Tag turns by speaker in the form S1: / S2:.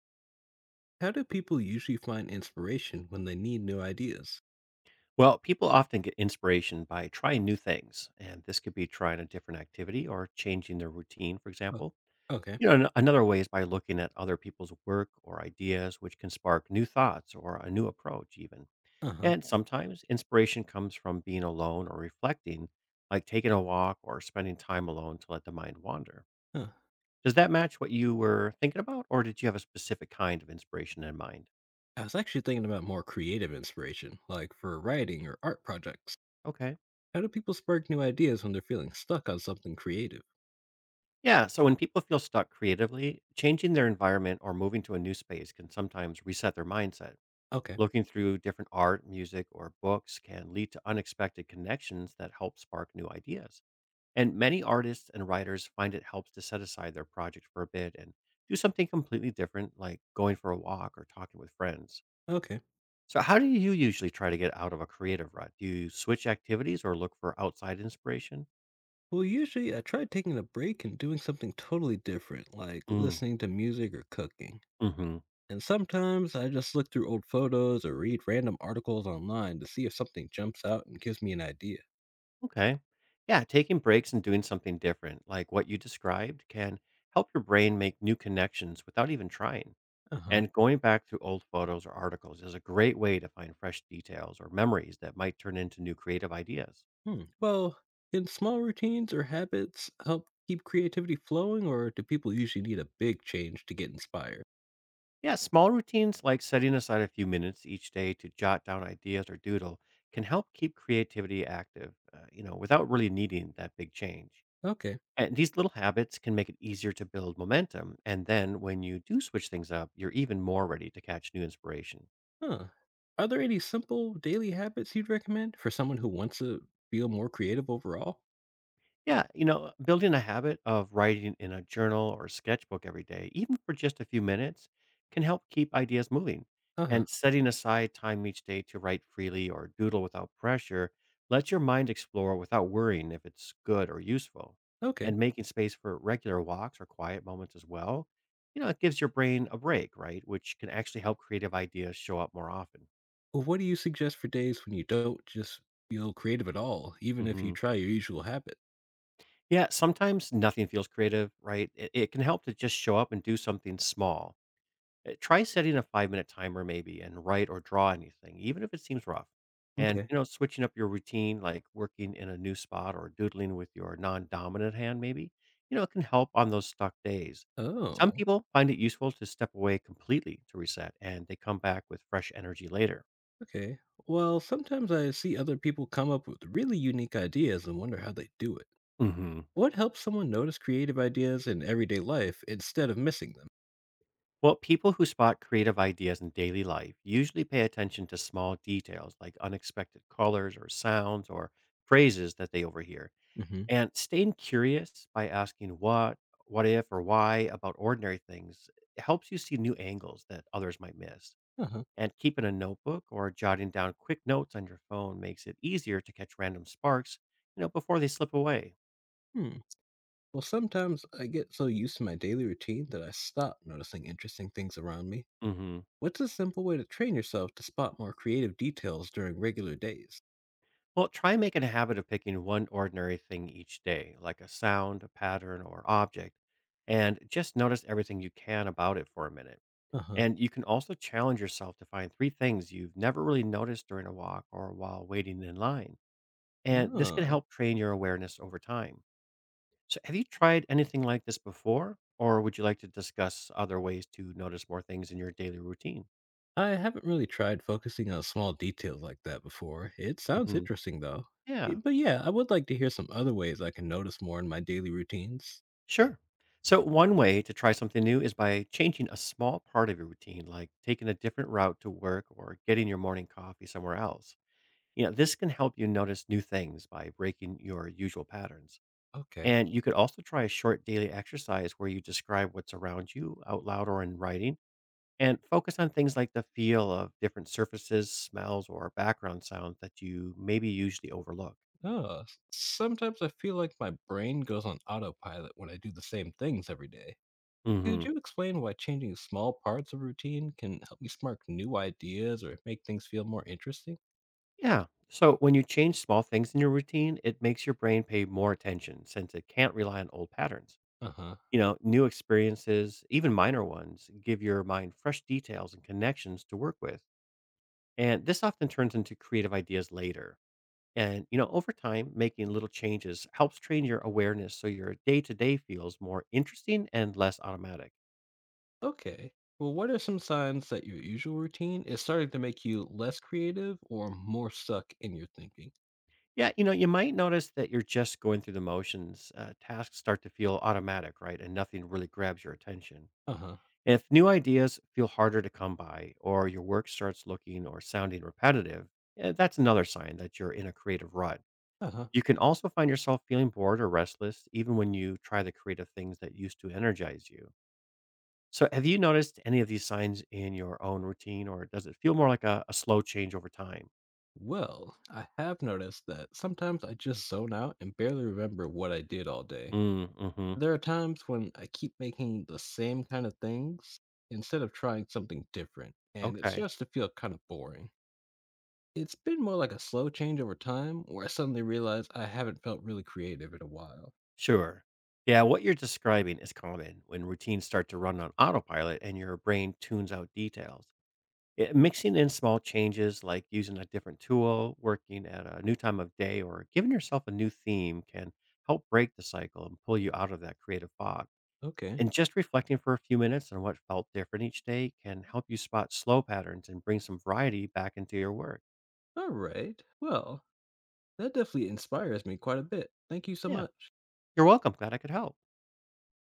S1: How do people usually find inspiration when they need new ideas?
S2: Well, people often get inspiration by trying new things, and this could be trying a different activity or changing their routine, for
S1: Oh,
S2: example.
S1: okay.
S2: You know, another way is by looking at other people's work or ideas, which can spark new thoughts or a new approach, even.
S1: Uh huh.
S2: And sometimes inspiration comes from being alone or reflecting, like taking a walk or spending time alone to let the mind wander.
S1: Huh.
S2: Does that match what you were thinking about, or did you have a specific kind of inspiration in mind?
S1: I was actually thinking about more creative inspiration, like for writing or art projects.
S2: Okay.
S1: How do people spark new ideas when they're feeling stuck on something creative?
S2: Yeah. So when people feel stuck creatively, changing their environment or moving to a new space can sometimes reset their mindset.
S1: Okay.
S2: Looking through different art, music, or books can lead to unexpected connections that help spark new ideas. And many artists and writers find it helps to set aside their project for a bit and do something completely different, like going for a walk or talking with friends.
S1: Okay.
S2: So, how do you usually try to get out of a creative rut? Do you switch activities or look for outside inspiration?
S1: Well, usually I try taking a break and doing something totally different, like
S2: Mm,
S1: listening to music or cooking.
S2: mhm.
S1: And sometimes I just look through old photos or read random articles online to see if something jumps out and gives me an idea.
S2: Okay. Yeah, taking breaks and doing something different, like what you described, can help your brain make new connections without even trying.
S1: Uh huh.
S2: And going back through old photos or articles is a great way to find fresh details or memories that might turn into new creative ideas.
S1: Hmm. Well, can small routines or habits help keep creativity flowing, or do people usually need a big change to get inspired?
S2: Yeah, small routines like setting aside a few minutes each day to jot down ideas or doodle can help keep creativity active, without really needing that big change.
S1: Okay.
S2: And these little habits can make it easier to build momentum. And then when you do switch things up, you're even more ready to catch new inspiration.
S1: Huh. Are there any simple daily habits you'd recommend for someone who wants to feel more creative overall?
S2: Yeah, you know, building a habit of writing in a journal or sketchbook every day, even for just a few minutes, can help keep ideas moving.
S1: Uh huh.
S2: And setting aside time each day to write freely or doodle without pressure lets your mind explore without worrying if it's good or useful.
S1: Okay.
S2: And making space for regular walks or quiet moments as well, you know, it gives your brain a break, right? Which can actually help creative ideas show up more often.
S1: Well, what do you suggest for days when you don't just feel creative at all, even if you
S2: Hmm.
S1: try your usual habit?
S2: Yeah, sometimes nothing feels creative, right? It can help to just show up and do something small. Try setting a 5-minute timer maybe and write or draw anything, even if it seems rough. And,
S1: Okay.
S2: you know, switching up your routine, like working in a new spot or doodling with your non-dominant hand maybe, it can help on those stuck days. Some
S1: Oh,
S2: people find it useful to step away completely to reset, and they come back with fresh energy later.
S1: okay. Well, sometimes I see other people come up with really unique ideas and wonder how they do it.
S2: Mhm.
S1: What helps someone notice creative ideas in everyday life instead of missing them?
S2: Well, people who spot creative ideas in daily life usually pay attention to small details like unexpected colors or sounds or phrases that they overhear.
S1: Hmm.
S2: And staying curious by asking what if, or why about ordinary things helps you see new angles that others might miss.
S1: Uh-huh.
S2: And keeping a notebook or jotting down quick notes on your phone makes it easier to catch random sparks, before they slip away.
S1: Hmm. Well, sometimes I get so used to my daily routine that I stop noticing interesting things around me.
S2: Hmm.
S1: What's a simple way to train yourself to spot more creative details during regular days?
S2: Well, try making a habit of picking one ordinary thing each day, like a sound, a pattern, or object, and just notice everything you can about it for a minute.
S1: Uh-huh.
S2: And you can also challenge yourself to find three things you've never really noticed during a walk or while waiting in line. And this can
S1: Oh.
S2: help train your awareness over time. So, have you tried anything like this before? Or would you like to discuss other ways to notice more things in your daily routine?
S1: I haven't really tried focusing on small details like that before. It sounds
S2: Hmm.
S1: interesting though.
S2: Yeah,
S1: But yeah, I would like to hear some other ways I can notice more in my daily routines.
S2: sure. So, one way to try something new is by changing a small part of your routine, like taking a different route to work or getting your morning coffee somewhere else. You know, this can help you notice new things by breaking your usual patterns.
S1: Okay.
S2: And you could also try a short daily exercise where you describe what's around you out loud or in writing and focus on things like the feel of different surfaces, smells, or background sounds that you maybe usually overlook.
S1: Oh, sometimes I feel like my brain goes on autopilot when I do the same things every day.
S2: Hmm.
S1: Could you explain why changing small parts of routine can help me spark new ideas or make things feel more interesting?
S2: Yeah. So when you change small things in your routine, it makes your brain pay more attention since it can't rely on old patterns.
S1: Uh huh.
S2: You know, new experiences, even minor ones, give your mind fresh details and connections to work with. And this often turns into creative ideas later. And, you know, over time, making little changes helps train your awareness so your day to day feels more interesting and less automatic.
S1: Okay. Well, what are some signs that your usual routine is starting to make you less creative or more stuck in your thinking?
S2: Yeah, you know, you might notice that you're just going through the motions. Tasks start to feel automatic, right? And nothing really grabs your attention.
S1: Uh huh.
S2: And if new ideas feel harder to come by or your work starts looking or sounding repetitive, that's another sign that you're in a creative rut.
S1: Uh huh.
S2: You can also find yourself feeling bored or restless, even when you try the creative things that used to energize you. So, have you noticed any of these signs in your own routine, or does it feel more like a slow change over time?
S1: Well, I have noticed that sometimes I just zone out and barely remember what I did all day.
S2: Mm, mm-hmm.
S1: There are times when I keep making the same kind of things instead of trying something different, and it
S2: Okay,
S1: starts to feel kind of boring. It's been more like a slow change over time where I suddenly realize I haven't felt really creative in a while.
S2: sure. Yeah, what you're describing is common when routines start to run on autopilot and your brain tunes out details. Mixing in small changes like using a different tool, working at a new time of day, or giving yourself a new theme can help break the cycle and pull you out of that creative fog.
S1: Okay.
S2: And just reflecting for a few minutes on what felt different each day can help you spot slow patterns and bring some variety back into your work.
S1: All right. Well, that definitely inspires me quite a bit. Thank you so
S2: Yeah,
S1: much.
S2: you're welcome. Glad I could help.